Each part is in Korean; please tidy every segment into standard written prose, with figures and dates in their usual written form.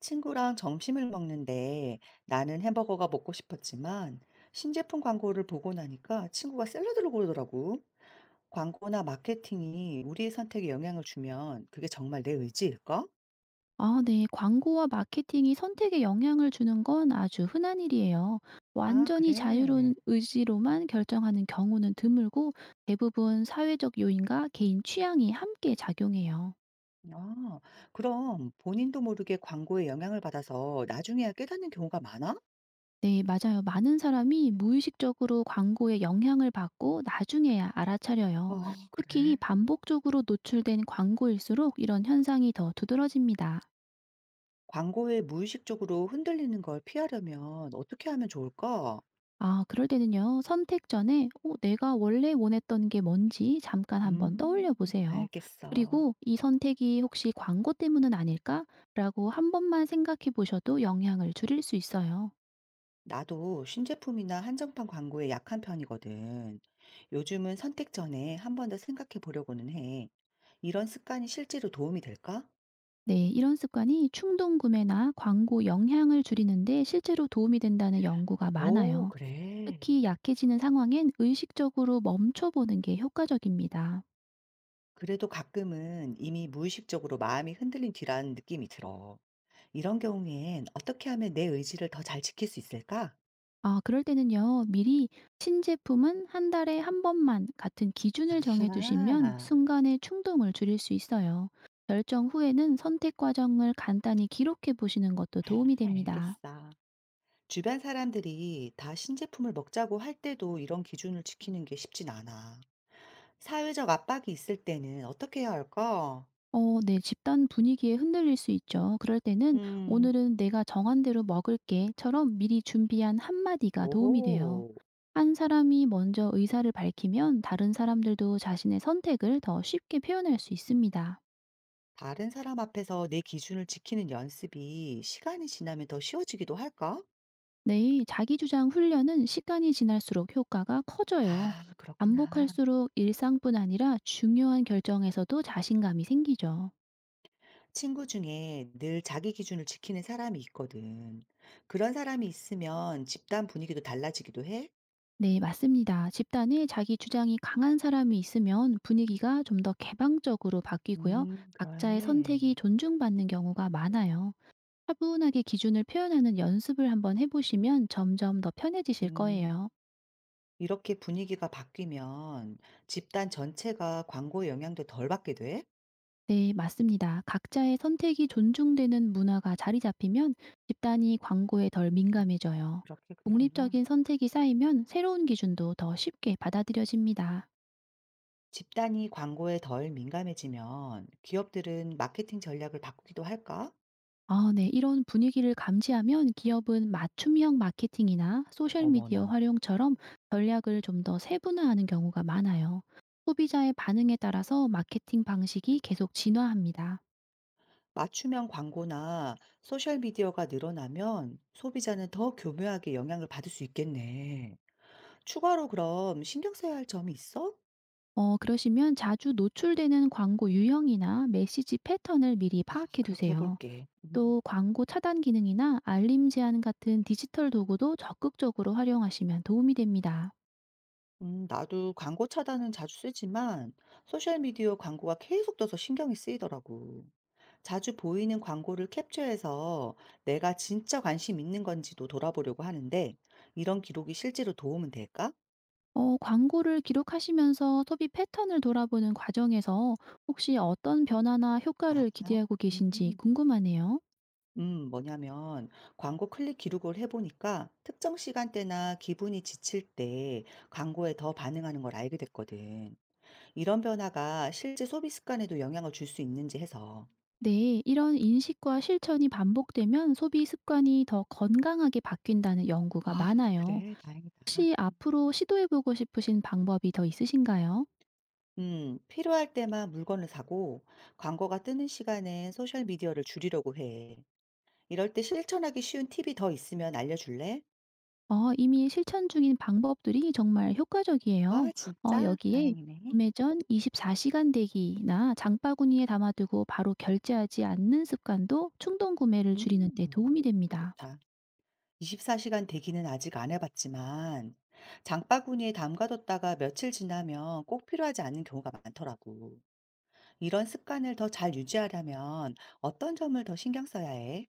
친구랑 점심을 먹는데 나는 햄버거가 먹고 싶었지만 신제품 광고를 보고 나니까 친구가 샐러드를 고르더라고. 광고나 마케팅이 우리의 선택에 영향을 주면 그게 정말 내 의지일까? 아 네. 광고와 마케팅이 선택에 영향을 주는 건 아주 흔한 일이에요. 아, 완전히 그래. 자유로운 의지로만 결정하는 경우는 드물고 대부분 사회적 요인과 개인 취향이 함께 작용해요. 아, 그럼 본인도 모르게 광고에 영향을 받아서 나중에야 깨닫는 경우가 많아? 네, 맞아요. 많은 사람이 무의식적으로 광고에 영향을 받고 나중에야 알아차려요. 아, 특히 그래. 반복적으로 노출된 광고일수록 이런 현상이 더 두드러집니다. 광고에 무의식적으로 흔들리는 걸 피하려면 어떻게 하면 좋을까? 아 그럴 때는요. 선택 전에 내가 원래 원했던 게 뭔지 잠깐 한번 떠올려 음, 보세요. 알겠어. 그리고 '이 선택이 혹시 광고 때문은 아닐까?'라고 한 번만 생각해 보셔도 영향을 줄일 수 있어요. 나도 신제품이나 한정판 광고에 약한 편이거든. 요즘은 선택 전에 한 번 더 생각해 보려고는 해. 이런 습관이 실제로 도움이 될까? 네. 이런 습관이 충동 구매나 광고 영향을 줄이는 데 실제로 도움이 된다는 연구가 오, 많아요. 그래. 특히 약해지는 상황엔 의식적으로 멈춰 보는 게 효과적입니다. 그래도 가끔은 이미 무의식적으로 마음이 흔들린 뒤라는 느낌이 들어. 이런 경우엔 어떻게 하면 내 의지를 더 잘 지킬 수 있을까? 아, 그럴 때는요, 미리 신제품은 한 달에 한 번만 같은 기준을 정해두시면 아, 순간의 충동을 줄일 수 있어요. 결정 후에는 선택 과정을 간단히 기록해 보시는 것도 아, 도움이 됩니다. 알겠어. 주변 사람들이 다 신제품을 먹자고 할 때도 이런 기준을 지키는 게 쉽진 않아. 사회적 압박이 있을 때는 어떻게 해야 할까? 어, 네, 집단 분위기에 흔들릴 수 있죠. 그럴 때는 음, 오늘은 내가 정한 대로 먹을게처럼 미리 준비한 한마디가 도움이 돼요. 오호. 한 사람이 먼저 의사를 밝히면 다른 사람들도 자신의 선택을 더 쉽게 표현할 수 있습니다. 다른 사람 앞에서 내 기준을 지키는 연습이 시간이 지나면 더 쉬워지기도 할까? 네, 자기주장 훈련은 시간이 지날수록 효과가 커져요. 아, 그렇구나. 반복할수록 일상뿐 아니라 중요한 결정에서도 자신감이 생기죠. 친구 중에 늘 자기 기준을 지키는 사람이 있거든. 그런 사람이 있으면 집단 분위기도 달라지기도 해? 네, 맞습니다. 집단에 자기 주장이 강한 사람이 있으면 분위기가 좀 더 개방적으로 바뀌고요. 각자의 그래. 선택이 존중받는 경우가 많아요. 차분하게 기준을 표현하는 연습을 한번 해보시면 점점 더 편해지실 음, 거예요. 이렇게 분위기가 바뀌면 집단 전체가 광고의 영향도 덜 받게 돼? 네, 맞습니다. 각자의 선택이 존중되는 문화가 자리 잡히면 집단이 광고에 덜 민감해져요. 그렇게 되구나. 독립적인 선택이 쌓이면 새로운 기준도 더 쉽게 받아들여집니다. 집단이 광고에 덜 민감해지면 기업들은 마케팅 전략을 바꾸기도 할까? 아, 네. 이런 분위기를 감지하면 기업은 맞춤형 마케팅이나 소셜미디어 어머나. 활용처럼 전략을 좀 더 세분화하는 경우가 많아요. 소비자의 반응에 따라서 마케팅 방식이 계속 진화합니다. 맞춤형 광고나 소셜미디어가 늘어나면 소비자는 더 교묘하게 영향을 받을 수 있겠네. 추가로 그럼 신경 써야 할 점이 있어? 어, 그러시면 자주 노출되는 광고 유형이나 메시지 패턴을 미리 아, 파악해 그렇게 두세요. 해볼게. 음. 또 광고 차단 기능이나 알림 제한 같은 디지털 도구도 적극적으로 활용하시면 도움이 됩니다. 나도 광고 차단은 자주 쓰지만 소셜미디어 광고가 계속 떠서 신경이 쓰이더라고. 자주 보이는 광고를 캡처해서 내가 진짜 관심 있는 건지도 돌아보려고 하는데 이런 기록이 실제로 도움은 될까? 어, 광고를 기록하시면서 소비 패턴을 돌아보는 과정에서 혹시 어떤 변화나 아, 효과를 기대하고 계신지 음, 궁금하네요. 뭐냐면 광고 클릭 기록을 해보니까 특정 시간대나 기분이 지칠 때 광고에 더 반응하는 걸 알게 됐거든. 이런 변화가 실제 소비 습관에도 영향을 줄 수 있는지 해서. 네, 이런 인식과 실천이 반복되면 소비 습관이 더 건강하게 바뀐다는 연구가 아, 많아요. 그래. 다행이다. 혹시 앞으로 시도해보고 싶으신 방법이 더 있으신가요? 음. 필요할 때만 물건을 사고 광고가 뜨는 시간엔 소셜 미디어를 줄이려고 해. 이럴 때 실천하기 쉬운 팁이 더 있으면 알려줄래? 어 이미 실천 중인 방법들이 정말 효과적이에요. 아, 어 진짜? 여기에 다행이네. 구매 전 24시간 시간 대기나 장바구니에 담아두고 바로 결제하지 않는 습관도 충동 구매를 줄이는 데 음. 도움이 됩니다. 좋다. 24시간 대기는 아직 안 해봤지만 장바구니에 담가뒀다가 며칠 지나면 꼭 필요하지 않은 경우가 많더라고. 이런 습관을 더 잘 유지하려면 어떤 점을 더 신경 써야 해?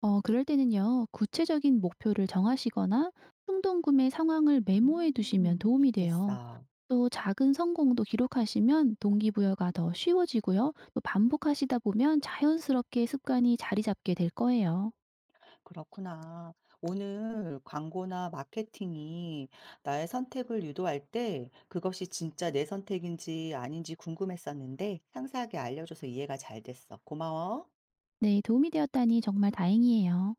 어 그럴 때는요. 구체적인 목표를 정하시거나 충동 구매 상황을 메모해 두시면 도움이 돼요. 알겠어. 또 작은 성공도 기록하시면 동기부여가 더 쉬워지고요. 또 반복하시다 보면 자연스럽게 습관이 자리 잡게 될 거예요. 그렇구나. 오늘 광고나 마케팅이 나의 선택을 유도할 때 그것이 진짜 내 선택인지 아닌지 궁금했었는데 상세하게 알려줘서 이해가 잘 됐어. 고마워. 네, 도움이 되었다니 정말 다행이에요.